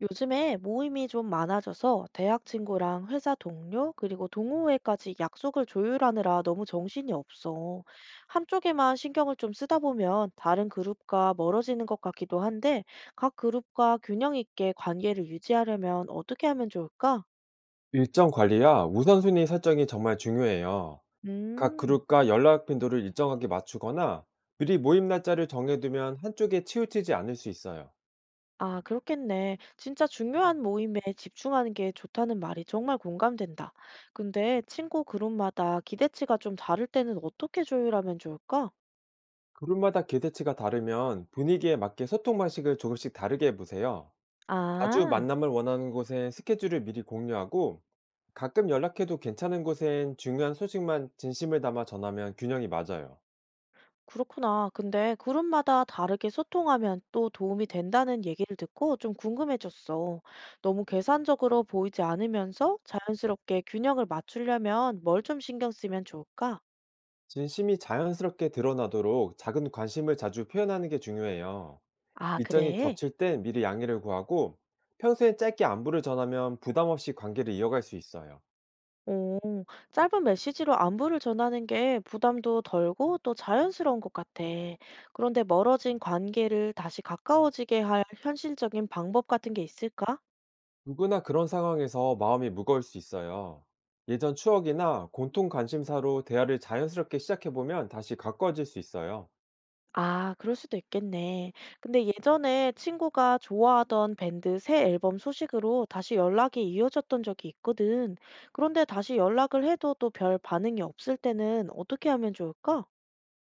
요즘에 모임이 좀 많아져서 대학 친구랑 회사 동료, 그리고 동호회까지 약속을 조율하느라 너무 정신이 없어. 한쪽에만 신경을 좀 쓰다 보면 다른 그룹과 멀어지는 것 같기도 한데, 각 그룹과 균형 있게 관계를 유지하려면 어떻게 하면 좋을까? 일정 관리와 우선순위 설정이 정말 중요해요. 각 음, 그룹과 연락 빈도를 일정하게 맞추거나 미리 모임 날짜를 정해두면 한쪽에 치우치지 않을 수 있어요. 아, 그렇겠네. 진짜 중요한 모임에 집중하는 게 좋다는 말이 정말 공감된다. 근데 친구 그룹마다 기대치가 좀 다를 때는 어떻게 조율하면 좋을까? 그룹마다 기대치가 다르면 분위기에 맞게 소통 방식을 조금씩 다르게 해보세요. 자주 아. 만남을 원하는 곳엔 스케줄을 미리 공유하고, 가끔 연락해도 괜찮은 곳엔 중요한 소식만 진심을 담아 전하면 균형이 맞아요. 그렇구나. 근데 그룹마다 다르게 소통하면 또 도움이 된다는 얘기를 듣고 좀 궁금해졌어. 너무 계산적으로 보이지 않으면서 자연스럽게 균형을 맞추려면 뭘 좀 신경 쓰면 좋을까? 진심이 자연스럽게 드러나도록 작은 관심을 자주 표현하는 게 중요해요. 아, 일정이 그래? 겹칠 땐 미리 양해를 구하고, 평소엔 짧게 안부를 전하면 부담 없이 관계를 이어갈 수 있어요. 오, 짧은 메시지로 안부를 전하는 게 부담도 덜고 또 자연스러운 것 같아. 그런데 멀어진 관계를 다시 가까워지게 할 현실적인 방법 같은 게 있을까? 누구나 그런 상황에서 마음이 무거울 수 있어요. 예전 추억이나 공통 관심사로 대화를 자연스럽게 시작해보면 다시 가까워질 수 있어요. 아, 그럴 수도 있겠네. 근데 예전에 친구가 좋아하던 밴드 새 앨범 소식으로 다시 연락이 이어졌던 적이 있거든. 그런데 다시 연락을 해도 또 별 반응이 없을 때는 어떻게 하면 좋을까?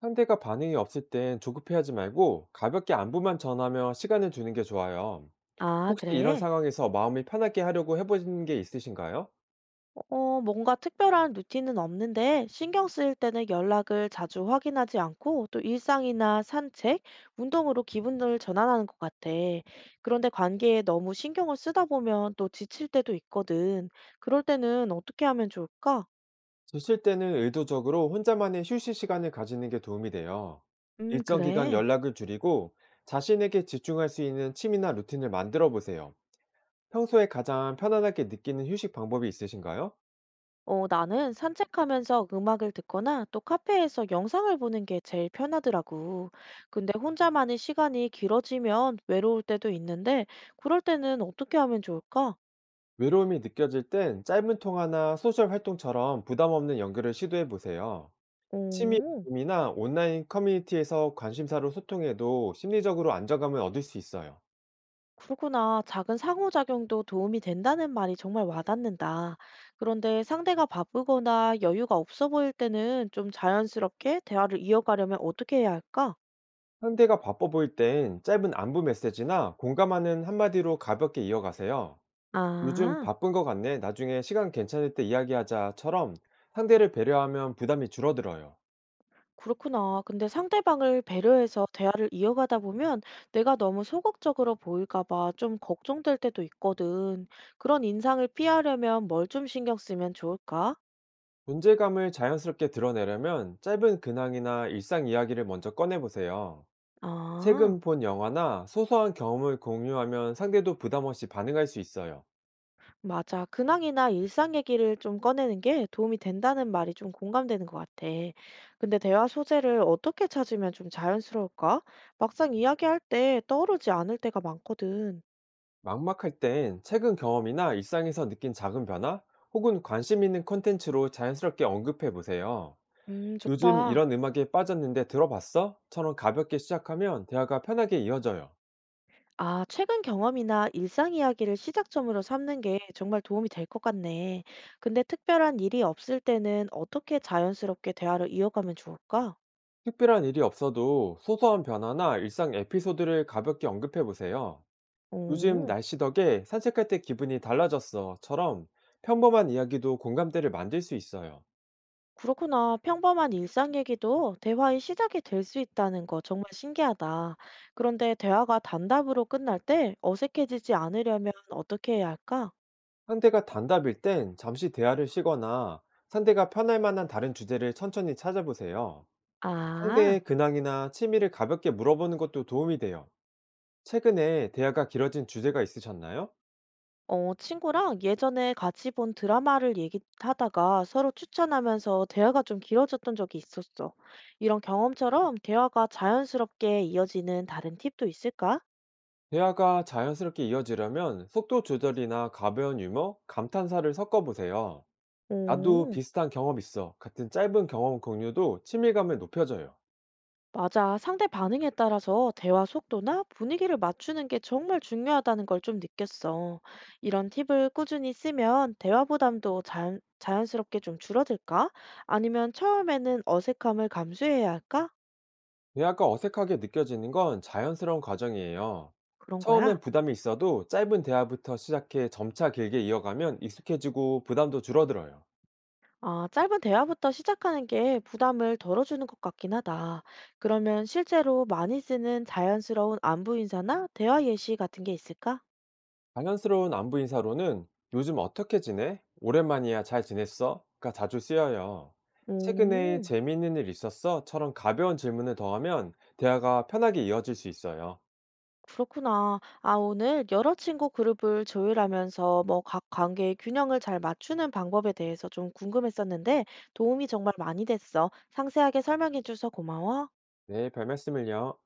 상대가 반응이 없을 땐 조급해하지 말고, 가볍게 안부만 전하며 시간을 주는 게 좋아요. 아, 혹시 이런 그래? 상황에서 마음이 편하게 하려고 해보신 게 있으신가요? 어, 뭔가 특별한 루틴은 없는데 신경 쓰일 때는 연락을 자주 확인하지 않고 또 일상이나 산책, 운동으로 기분을 전환하는 것 같아. 그런데 관계에 너무 신경을 쓰다 보면 또 지칠 때도 있거든. 그럴 때는 어떻게 하면 좋을까? 지칠 때는 의도적으로 혼자만의 휴식 시간을 가지는 게 도움이 돼요. 일정 기간 그래. 연락을 줄이고, 자신에게 집중할 수 있는 취미나 루틴을 만들어 보세요. 평소에 가장 편안하게 느끼는 휴식 방법이 있으신가요? 어, 나는 산책하면서 음악을 듣거나 또 카페에서 영상을 보는 게 제일 편하더라고. 근데 혼자만의 시간이 길어지면 외로울 때도 있는데 그럴 때는 어떻게 하면 좋을까? 외로움이 느껴질 땐 짧은 통화나 소셜 활동처럼 부담 없는 연결을 시도해 보세요. 취미 오, 모임이나 온라인 커뮤니티에서 관심사로 소통해도 심리적으로 안정감을 얻을 수 있어요. 그렇구나. 작은 상호작용도 도움이 된다는 말이 정말 와닿는다. 그런데 상대가 바쁘거나 여유가 없어 보일 때는 좀 자연스럽게 대화를 이어가려면 어떻게 해야 할까? 상대가 바빠 보일 땐 짧은 안부 메시지나 공감하는 한마디로 가볍게 이어가세요. "요즘 아, 바쁜 것 같네. 나중에 시간 괜찮을 때 이야기하자처럼 상대를 배려하면 부담이 줄어들어요. 그렇구나. 근데 상대방을 배려해서 대화를 이어가다 보면 내가 너무 소극적으로 보일까 봐 좀 걱정될 때도 있거든. 그런 인상을 피하려면 뭘 좀 신경 쓰면 좋을까? 존재감을 자연스럽게 드러내려면 짧은 근황이나 일상 이야기를 먼저 꺼내보세요. 아. 최근 본 영화나 소소한 경험을 공유하면 상대도 부담 없이 반응할 수 있어요. 맞아. 근황이나 일상 얘기를 좀 꺼내는 게 도움이 된다는 말이 좀 공감되는 것 같아. 근데 대화 소재를 어떻게 찾으면 좀 자연스러울까? 막상 이야기할 때 떠오르지 않을 때가 많거든. 막막할 땐 최근 경험이나 일상에서 느낀 작은 변화, 혹은 관심 있는 콘텐츠로 자연스럽게 언급해보세요. "요즘 좋다. 이런 음악에 빠졌는데 들어봤어? 처럼 가볍게 시작하면 대화가 편하게 이어져요. 아, 최근 경험이나 일상 이야기를 시작점으로 삼는 게 정말 도움이 될 것 같네. 근데 특별한 일이 없을 때는 어떻게 자연스럽게 대화를 이어가면 좋을까? 특별한 일이 없어도 소소한 변화나 일상 에피소드를 가볍게 언급해 보세요. "요즘 오. 날씨 덕에 산책할 때 기분이 달라졌어"처럼 평범한 이야기도 공감대를 만들 수 있어요. 그렇구나. 평범한 일상 얘기도 대화의 시작이 될 수 있다는 거 정말 신기하다. 그런데 대화가 단답으로 끝날 때 어색해지지 않으려면 어떻게 해야 할까? 상대가 단답일 땐 잠시 대화를 쉬거나, 상대가 편할 만한 다른 주제를 천천히 찾아보세요. 아, 상대의 근황이나 취미를 가볍게 물어보는 것도 도움이 돼요. 최근에 대화가 길어진 주제가 있으셨나요? 어, 친구랑 예전에 같이 본 드라마를 얘기하다가 서로 추천하면서 대화가 좀 길어졌던 적이 있었어. 이런 경험처럼 대화가 자연스럽게 이어지는 다른 팁도 있을까? 대화가 자연스럽게 이어지려면 속도 조절이나 가벼운 유머, 감탄사를 섞어보세요. "나도 오. 비슷한 경험 있어" 같은 짧은 경험 공유도 친밀감을 높여줘요. 맞아. 상대 반응에 따라서 대화 속도나 분위기를 맞추는 게 정말 중요하다는 걸 좀 느꼈어. 이런 팁을 꾸준히 쓰면 대화 부담도 자연스럽게 좀 줄어들까? 아니면 처음에는 어색함을 감수해야 할까? 대화가 어색하게 느껴지는 건 자연스러운 과정이에요. 그런 거야. 처음엔 부담이 있어도 짧은 대화부터 시작해 점차 길게 이어가면 익숙해지고 부담도 줄어들어요. 아, 짧은 대화부터 시작하는 게 부담을 덜어주는 것 같긴 하다. 그러면 실제로 많이 쓰는 자연스러운 안부 인사나 대화 예시 같은 게 있을까? 당연스러운 안부 인사로는 "요즘 어떻게 지내?", "오랜만이야.", "잘 지냈어? 가 자주 쓰여요. "최근에 오. 재미있는 일 있었어? 처럼 가벼운 질문을 더하면 대화가 편하게 이어질 수 있어요. 그렇구나. 아, 오늘 여러 친구 그룹을 조율하면서 뭐 각 관계의 균형을 잘 맞추는 방법에 대해서 좀 궁금했었는데 도움이 정말 많이 됐어. 상세하게 설명해줘서 고마워. 네, 별 말씀을요.